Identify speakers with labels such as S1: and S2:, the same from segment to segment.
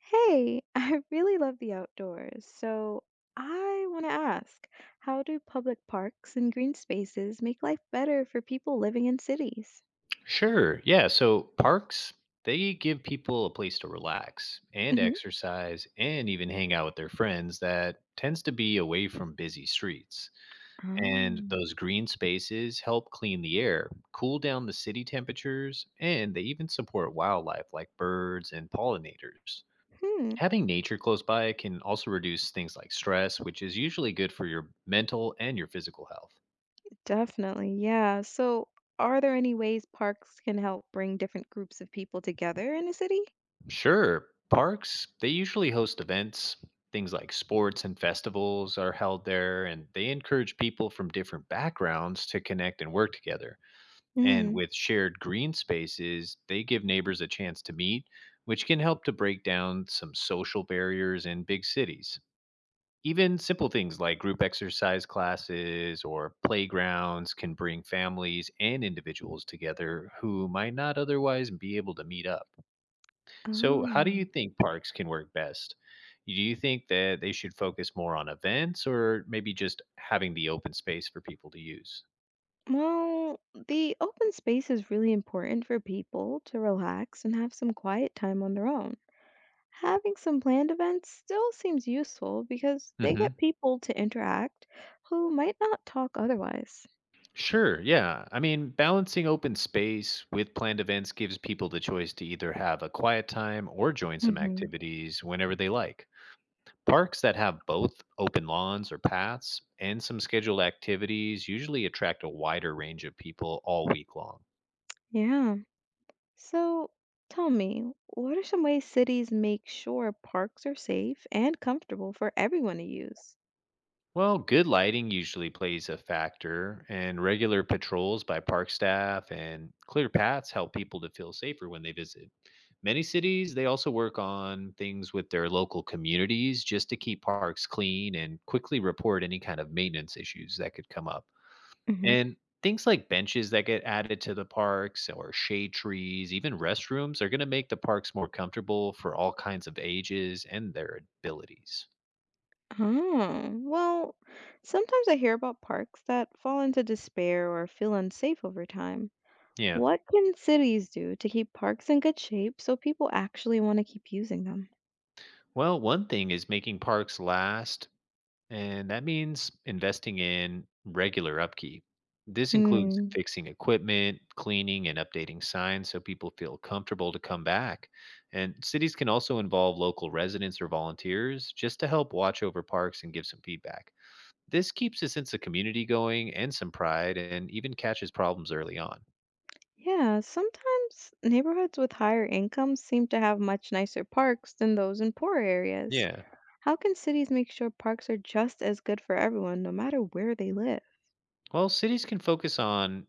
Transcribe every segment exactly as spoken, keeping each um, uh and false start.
S1: Hey, I really love the outdoors, so I want to ask, how do public parks and green spaces make life better for people living in cities?
S2: Sure. Yeah. So parks, they give people a place to relax and
S1: Hmm.
S2: exercise and even hang out with their friends that tends to be away from busy streets. And
S1: Oh.
S2: those green spaces help clean the air, cool down the city temperatures, and they even support wildlife like birds and pollinators.
S1: Hmm,
S2: Having nature close by can also reduce things like stress, which is usually good for your mental and your physical health.
S1: definitely. Yeah. So, are there any ways parks can help bring different groups of people together in a city?
S2: Sure. Parks, they usually host events. Things like sports and festivals are held there, and they encourage people from different backgrounds to connect and work together. And
S1: Mm.
S2: with shared green spaces, they give neighbors a chance to meet, which can help to break down some social barriers in big cities. Even simple things like group exercise classes or playgrounds can bring families and individuals together who might not otherwise be able to meet up. So, how do
S1: Oh.
S2: you think parks can work best? Do you think that they should focus more on events or maybe just having the open space for people to use?
S1: Well, the open space is really important for people to relax and have some quiet time on their own. Having some planned events still seems useful because they
S2: hmm
S1: get people to interact who might not talk otherwise.
S2: Sure. Yeah. I mean, balancing open space with planned events gives people the choice to either have a quiet time or join some
S1: Hmm.
S2: activities whenever they like. Parks that have both open lawns or paths and some scheduled activities usually attract a wider range of people all week long.
S1: Yeah. So tell me, what are some ways cities make sure parks are safe and comfortable for everyone to use?
S2: Well, good lighting usually plays a factor, and regular patrols by park staff and clear paths help people to feel safer when they visit. Many cities, they also work on things with their local communities just to keep parks clean and quickly report any kind of maintenance issues that could come up.
S1: Hmm.
S2: And things like benches that get added to the parks or shade trees, even restrooms, are going to make the parks more comfortable for all kinds of ages and their abilities.
S1: Oh, well, sometimes I hear about parks that fall into despair or feel unsafe over time.
S2: Yeah.
S1: What can cities do to keep parks in good shape so people actually want to keep using them?
S2: Well, one thing is making parks last, and that means investing in regular upkeep. This includes
S1: Mm.
S2: fixing equipment, cleaning, and updating signs so people feel comfortable to come back. And cities can also involve local residents or volunteers just to help watch over parks and give some feedback. This keeps a sense of community going and some pride, and even catches problems early on.
S1: Yeah, sometimes neighborhoods with higher incomes seem to have much nicer parks than those in poorer areas.
S2: Yeah.
S1: How can cities make sure parks are just as good for everyone, no matter where they live?
S2: Well, cities can focus on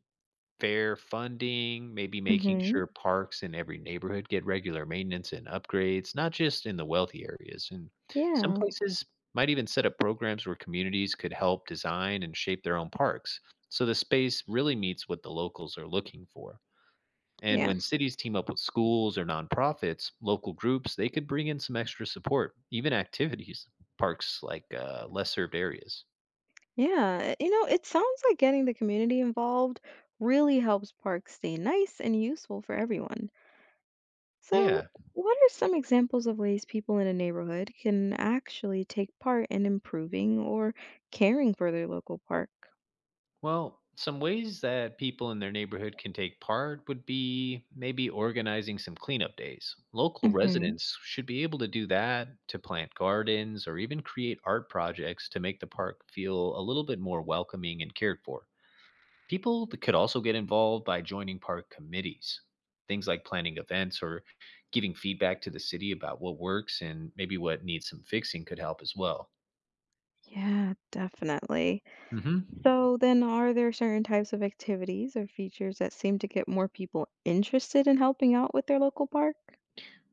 S2: fair funding, maybe making
S1: Hmm.
S2: sure parks in every neighborhood get regular maintenance and upgrades, not just in the wealthy areas. And some
S1: Yeah,
S2: places might even set up programs where communities could help design and shape their own parks. So the space really meets what the locals are looking for. And
S1: yeah,
S2: when cities team up with schools or nonprofits, local groups, they could bring in some extra support, even activities, parks like uh, less served areas.
S1: yeah. You know, it sounds like getting the community involved really helps parks stay nice and useful for everyone. So,
S2: Yeah.
S1: what are some examples of ways people in a neighborhood can actually take part in improving or caring for their local park?
S2: Well, some ways that people in their neighborhood can take part would be maybe organizing some cleanup days. Local
S1: Hmm.
S2: residents should be able to do that to plant gardens or even create art projects to make the park feel a little bit more welcoming and cared for. People th- could also get involved by joining park committees, things like planning events or giving feedback to the city about what works and maybe what needs some fixing could help as well.
S1: Yeah, definitely.
S2: hmm
S1: So then are there certain types of activities or features that seem to get more people interested in helping out with their local park?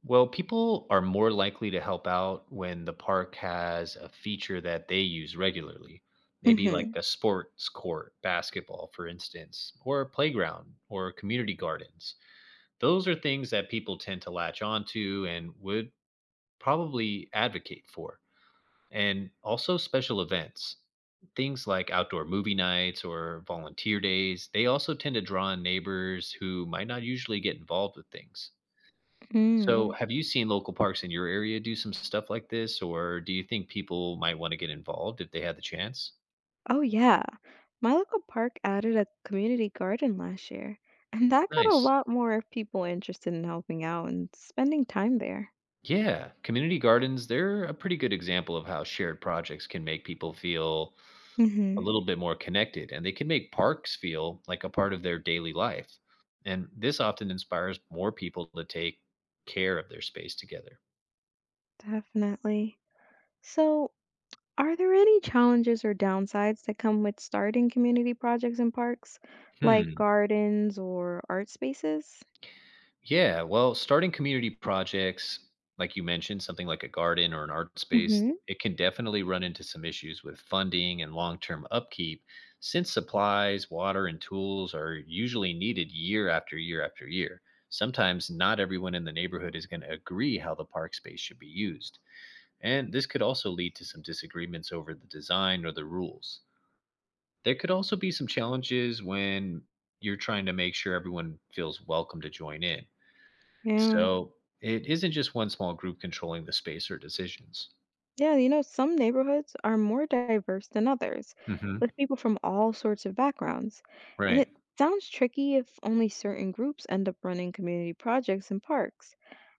S2: Well, people are more likely to help out when the park has a feature that they use regularly, maybe like
S1: Mm-hmm.
S2: a sports court, basketball, for instance, or a playground or community gardens. Those are things that people tend to latch onto and would probably advocate for. And also special events, things like outdoor movie nights or volunteer days, they also tend to draw in neighbors who might not usually get involved with things. So,
S1: Mm.
S2: have you seen local parks in your area do some stuff like this, or do you think people might want to get involved if they had the chance?
S1: Oh yeah. My local park added a community garden last year, and that got a
S2: Nice.
S1: lot more people interested in helping out and spending time there.
S2: Yeah, community gardens, they're a pretty good example of how shared projects can make people feel a
S1: Mm-hmm.
S2: little bit more connected, and they can make parks feel like a part of their daily life. And this often inspires more people to take care of their space together.
S1: Definitely. So are there any challenges or downsides that come with starting community projects in parks, like
S2: Hmm.
S1: gardens or art spaces?
S2: Yeah, well, starting community projects, like you mentioned, something like a garden or an art space,
S1: Hmm.
S2: it can definitely run into some issues with funding and long term upkeep since supplies, water, and tools are usually needed year after year after year. Sometimes not everyone in the neighborhood is going to agree how the park space should be used. And this could also lead to some disagreements over the design or the rules. There could also be some challenges when you're trying to make sure everyone feels welcome to join in
S1: Yeah.
S2: so, it isn't just one small group controlling the space or decisions.
S1: Yeah, you know, some neighborhoods are more diverse than others,
S2: Mhm.
S1: with people from all sorts of backgrounds. And
S2: Right.
S1: it sounds tricky if only certain groups end up running community projects in parks.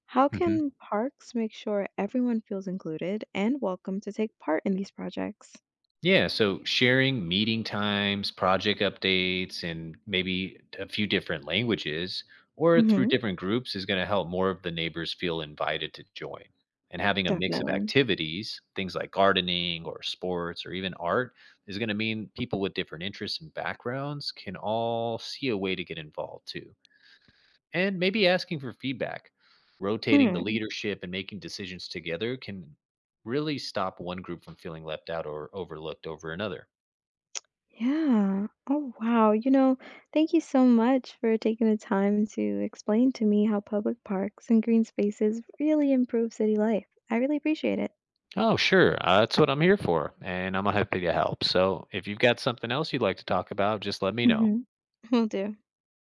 S1: How
S2: Mhm.
S1: can parks make sure everyone feels included and welcome to take part in these projects?
S2: Yeah, so sharing meeting times, project updates, and maybe a few different languages or through
S1: Hmm.
S2: different groups is going to help more of the neighbors feel invited to join. And having a mix of
S1: Definitely.
S2: activities, things like gardening or sports or even art, is going to mean people with different interests and backgrounds can all see a way to get involved too. And maybe asking for feedback, rotating the
S1: Hmm.
S2: leadership and making decisions together can really stop one group from feeling left out or overlooked over another.
S1: Yeah. Oh, wow. You know, thank you so much for taking the time to explain to me how public parks and green spaces really improve city life. I really appreciate it.
S2: Oh, sure. Uh, that's what I'm here for, and I'm happy to help. So if you've got something else you'd like to talk about, just let me know.
S1: Hmm. Will do.